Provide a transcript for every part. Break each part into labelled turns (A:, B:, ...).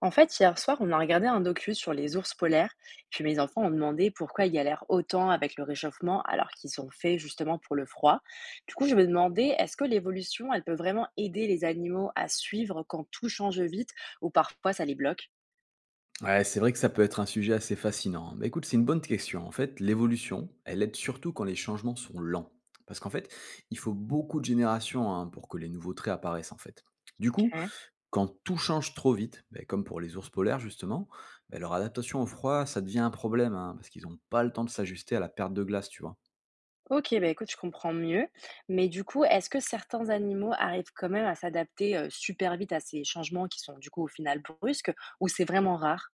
A: En fait, hier soir, on a regardé un docu sur les ours polaires, puis mes enfants ont demandé pourquoi ils galèrent autant avec le réchauffement alors qu'ils sont faits justement pour le froid. Du coup, je me demandais, est-ce que l'évolution, elle peut vraiment aider les animaux à suivre quand tout change vite ou parfois ça les bloque?
B: Ouais, c'est vrai que ça peut être un sujet assez fascinant. Mais écoute, c'est une bonne question. En fait, l'évolution, elle aide surtout quand les changements sont lents. Parce qu'en fait, il faut beaucoup de générations, hein, pour que les nouveaux traits apparaissent, en fait. Du coup,
A: Ok.
B: quand tout change trop vite, bah, comme pour les ours polaires justement, bah, leur adaptation au froid, ça devient un problème, hein, parce qu'ils n'ont pas le temps de s'ajuster à la perte de glace, tu vois.
A: Ok, bah écoute, je comprends mieux. Mais du coup, est-ce que certains animaux arrivent quand même à s'adapter super vite à ces changements qui sont du coup au final brusques ou c'est vraiment rare?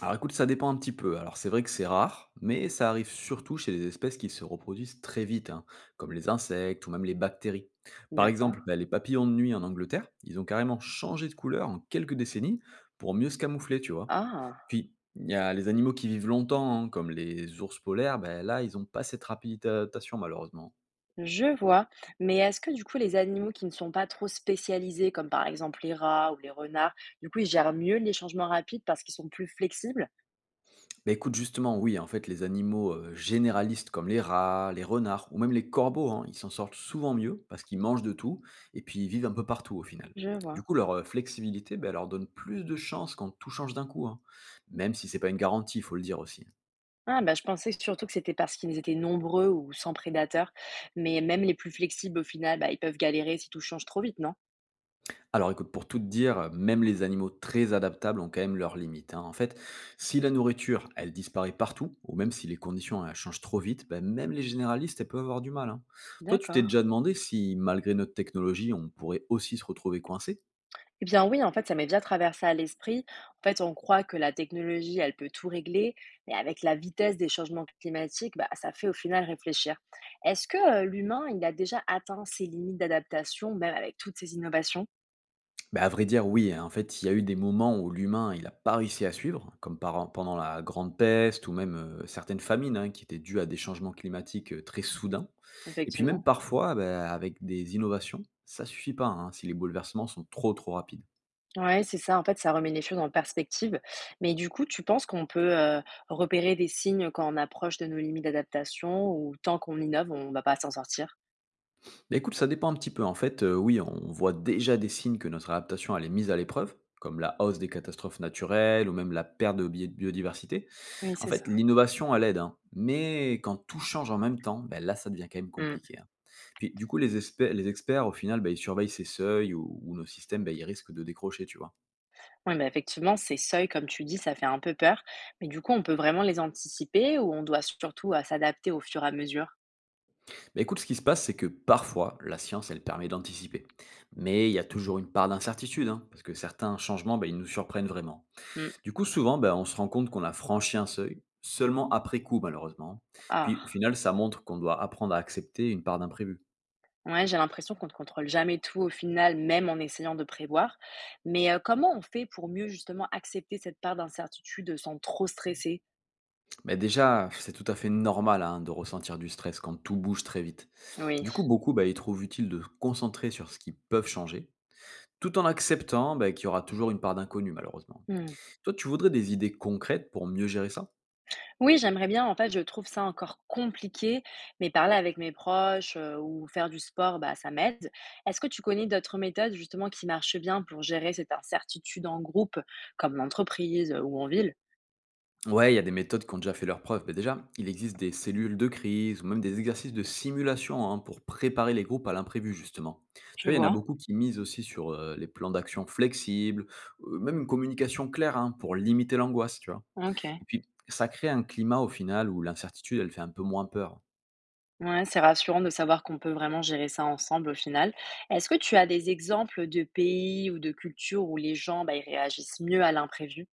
B: Alors écoute, ça dépend un petit peu. Alors c'est vrai que c'est rare, mais ça arrive surtout chez les espèces qui se reproduisent très vite, hein, comme les insectes ou même les bactéries. Par exemple,
A: D'accord.
B: bah, les papillons de nuit en Angleterre, ils ont carrément changé de couleur en quelques décennies pour mieux se camoufler, tu vois.
A: Ah.
B: Puis, il y a les animaux qui vivent longtemps, hein, comme les ours polaires, bah, là, ils n'ont pas cette rapidité d'adaptation malheureusement.
A: Je vois, mais est-ce que du coup les animaux qui ne sont pas trop spécialisés, comme par exemple les rats ou les renards, du coup ils gèrent mieux les changements rapides parce qu'ils sont plus flexibles?
B: Bah, écoute, justement, oui, en fait, les animaux généralistes comme les rats, les renards ou même les corbeaux, hein, ils s'en sortent souvent mieux parce qu'ils mangent de tout et puis ils vivent un peu partout au final.
A: Je
B: Du
A: vois.
B: coup, leur flexibilité, bah, elle leur donne plus de chances quand tout change d'un coup, hein. Même si c'est pas une garantie, il faut le dire aussi. Hein.
A: Ah bah je pensais surtout que c'était parce qu'ils étaient nombreux ou sans prédateurs, mais même les plus flexibles au final, bah, ils peuvent galérer si tout change trop vite, non?
B: Alors écoute, pour tout te dire, même les animaux très adaptables ont quand même leurs limites. Hein. En fait, si la nourriture, elle disparaît partout, ou même si les conditions elles changent trop vite, ben, même les généralistes, elles peuvent avoir du mal. Hein. Toi, tu t'es
A: D'accord.
B: déjà demandé si, malgré notre technologie, on pourrait aussi se retrouver coincé.
A: Eh bien oui, en fait, ça m'est déjà traversé à l'esprit. En fait, on croit que la technologie, elle peut tout régler, mais avec la vitesse des changements climatiques, bah, ça fait au final réfléchir. Est-ce que l'humain, il a déjà atteint ses limites d'adaptation, même avec toutes ces innovations?
B: Bah, à vrai dire, oui. Hein. En fait, il y a eu des moments où l'humain, il a pas réussi à suivre, comme pendant la Grande Peste ou même certaines famines, hein, qui étaient dues à des changements climatiques très soudains. Et puis même
A: Effectivement.
B: parfois, bah, avec des innovations, ça suffit pas, hein, si les bouleversements sont trop trop rapides.
A: Ouais, c'est ça. En fait, ça remet les choses en perspective. Mais du coup, tu penses qu'on peut repérer des signes quand on approche de nos limites d'adaptation ou tant qu'on innove, on ne va pas s'en sortir?
B: Mais écoute, ça dépend un petit peu. En fait, oui, on voit déjà des signes que notre adaptation elle est mise à l'épreuve, comme la hausse des catastrophes naturelles ou même la perte de biodiversité.
A: Oui,
B: En
A: c'est ça.
B: fait, l'innovation, elle aide, hein. Mais quand tout change en même temps, bah, là, ça devient quand même compliqué. Hein. Puis du coup, les experts, au final, bah, ils surveillent ces seuils ou nos systèmes, bah, ils risquent de décrocher, tu vois.
A: Oui, bah, effectivement, ces seuils, comme tu dis, ça fait un peu peur. Mais du coup, on peut vraiment les anticiper ou on doit surtout s'adapter au fur et à mesure?
B: Mais écoute, ce qui se passe, c'est que parfois, la science, elle permet d'anticiper. Mais il y a toujours une part d'incertitude, hein, parce que certains changements, bah, ils nous surprennent vraiment.
A: Hmm.
B: Du coup, souvent, bah, on se rend compte qu'on a franchi un seuil, seulement après coup, malheureusement.
A: Ah,
B: Puis au final, ça montre qu'on doit apprendre à accepter une part d'imprévu.
A: ouais, j'ai l'impression qu'on ne contrôle jamais tout au final, même en essayant de prévoir. Mais comment on fait pour mieux justement accepter cette part d'incertitude sans trop stresser?
B: Mais déjà, c'est tout à fait normal, hein, de ressentir du stress quand tout bouge très vite.
A: Oui.
B: Du coup, beaucoup, bah, ils trouvent utile de se concentrer sur ce qu'ils peuvent changer, tout en acceptant, bah, qu'il y aura toujours une part d'inconnu malheureusement.
A: Mmh.
B: Toi, tu voudrais des idées concrètes pour mieux gérer ça?
A: Oui, j'aimerais bien. En fait, je trouve ça encore compliqué, mais parler avec mes proches, ou faire du sport, bah, ça m'aide. Est-ce que tu connais d'autres méthodes justement qui marchent bien pour gérer cette incertitude en groupe, comme en entreprise, ou en ville?
B: Ouais, il y a des méthodes qui ont déjà fait leurs preuves. Mais déjà, il existe des cellules de crise ou même des exercices de simulation, hein, pour préparer les groupes à l'imprévu justement. Tu
A: Je
B: vois, il y en a
A: vois,
B: beaucoup qui misent aussi sur, les plans d'action flexibles, même une communication claire, hein, pour limiter l'angoisse, tu vois?
A: OK.
B: Et puis ça crée un climat au final où l'incertitude, elle fait un peu moins peur.
A: Ouais, c'est rassurant de savoir qu'on peut vraiment gérer ça ensemble au final. Est-ce que tu as des exemples de pays ou de cultures où les gens, bah, ils réagissent mieux à l'imprévu?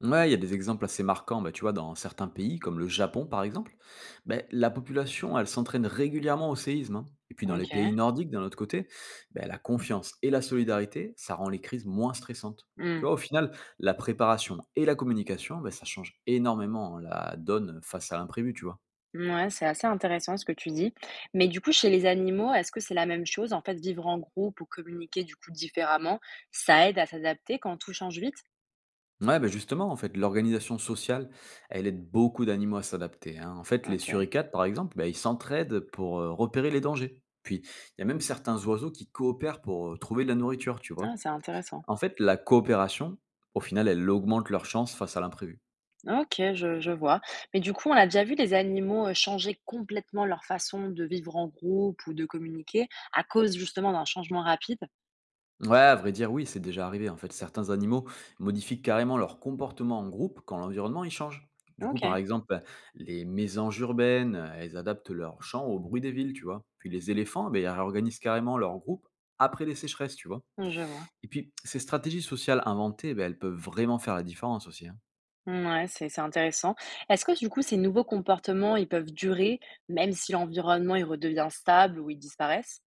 B: Ouais, il y a des exemples assez marquants. Bah, tu vois, dans certains pays, comme le Japon par exemple, ben, la population, elle s'entraîne régulièrement au séisme. Hein. Et puis dans les pays
A: OK.
B: nordiques, d'un autre côté, ben, la confiance et la solidarité, ça rend les crises moins stressantes. Tu vois, au final, la préparation et la communication, ben, ça change énormément la donne face à l'imprévu, tu vois.
A: Ouais, c'est assez intéressant ce que tu dis. Mais du coup, chez les animaux, est-ce que c'est la même chose? En fait, vivre en groupe ou communiquer du coup différemment, ça aide à s'adapter quand tout change vite?
B: Ouais, bah, justement, en fait, l'organisation sociale, elle aide beaucoup d'animaux à s'adapter. Hein. En fait, les
A: OK.
B: suricates, par exemple, bah, ils s'entraident pour repérer les dangers. Puis, il y a même certains oiseaux qui coopèrent pour trouver de la nourriture, tu
A: Ah,
B: vois.
A: c'est intéressant.
B: En fait, la coopération, au final, elle augmente leur chance face à l'imprévu.
A: OK, je vois. Mais du coup, on a déjà vu des animaux, changer complètement leur façon de vivre en groupe ou de communiquer à cause justement d'un changement rapide?
B: Ouais, à vrai dire, oui, c'est déjà arrivé. En fait, certains animaux modifient carrément leur comportement en groupe quand l'environnement y change. Du coup, par
A: OK,
B: exemple, les mésanges urbaines, elles adaptent leur chant au bruit des villes, tu vois. Puis les éléphants, eh ben, ils réorganisent carrément leur groupe après les sécheresses, tu vois.
A: mmh, je vois.
B: Et puis, ces stratégies sociales inventées, eh ben, elles peuvent vraiment faire la différence aussi. Hein.
A: Ouais, c'est intéressant. Est-ce que du coup, ces nouveaux comportements, ils peuvent durer même si l'environnement, il redevient stable ou ils disparaissent?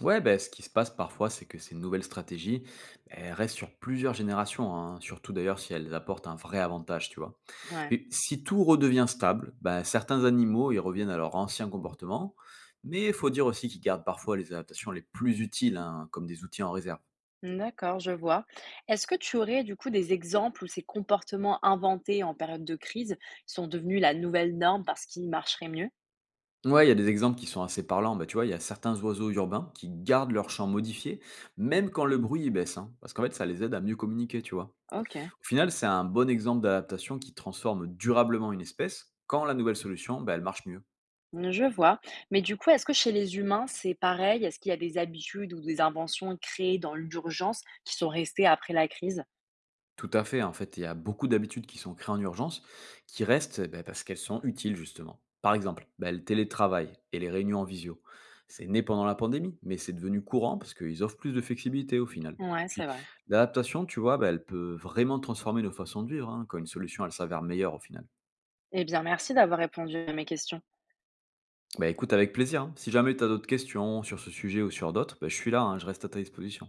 B: Ouais, ben, ce qui se passe parfois, c'est que ces nouvelles stratégies, elles restent sur plusieurs générations, hein, surtout d'ailleurs si elles apportent un vrai avantage, tu vois.
A: Ouais.
B: Et si tout redevient stable, bah, certains animaux ils reviennent à leur ancien comportement, mais il faut dire aussi qu'ils gardent parfois les adaptations les plus utiles, hein, comme des outils en réserve.
A: D'accord, je vois. Est-ce que tu aurais du coup des exemples où ces comportements inventés en période de crise sont devenus la nouvelle norme parce qu'ils marcheraient mieux?
B: Ouais, il y a des exemples qui sont assez parlants. Bah, tu vois, il y a certains oiseaux urbains qui gardent leur chant modifié, même quand le bruit il baisse, hein, parce qu'en fait, ça les aide à mieux communiquer, tu vois.
A: Ok,
B: Au final, c'est un bon exemple d'adaptation qui transforme durablement une espèce quand la nouvelle solution, bah, elle marche mieux.
A: je vois. Mais du coup, est-ce que chez les humains, c'est pareil? Est-ce qu'il y a des habitudes ou des inventions créées dans l'urgence qui sont restées après la crise?
B: Tout à fait, en fait, il y a beaucoup d'habitudes qui sont créées en urgence, qui restent bah, parce qu'elles sont utiles justement. Par exemple, bah, le télétravail et les réunions en visio. C'est né pendant la pandémie, mais c'est devenu courant parce qu'ils offrent plus de flexibilité au final.
A: Ouais, c'est
B: Puis
A: vrai.
B: l'adaptation, tu vois, bah, elle peut vraiment transformer nos façons de vivre, hein, quand une solution, elle s'avère meilleure au final.
A: Eh bien, merci d'avoir répondu à mes questions.
B: Bah écoute, avec plaisir. Hein. Si jamais tu as d'autres questions sur ce sujet ou sur d'autres, bah, je suis là, hein, je reste à ta disposition.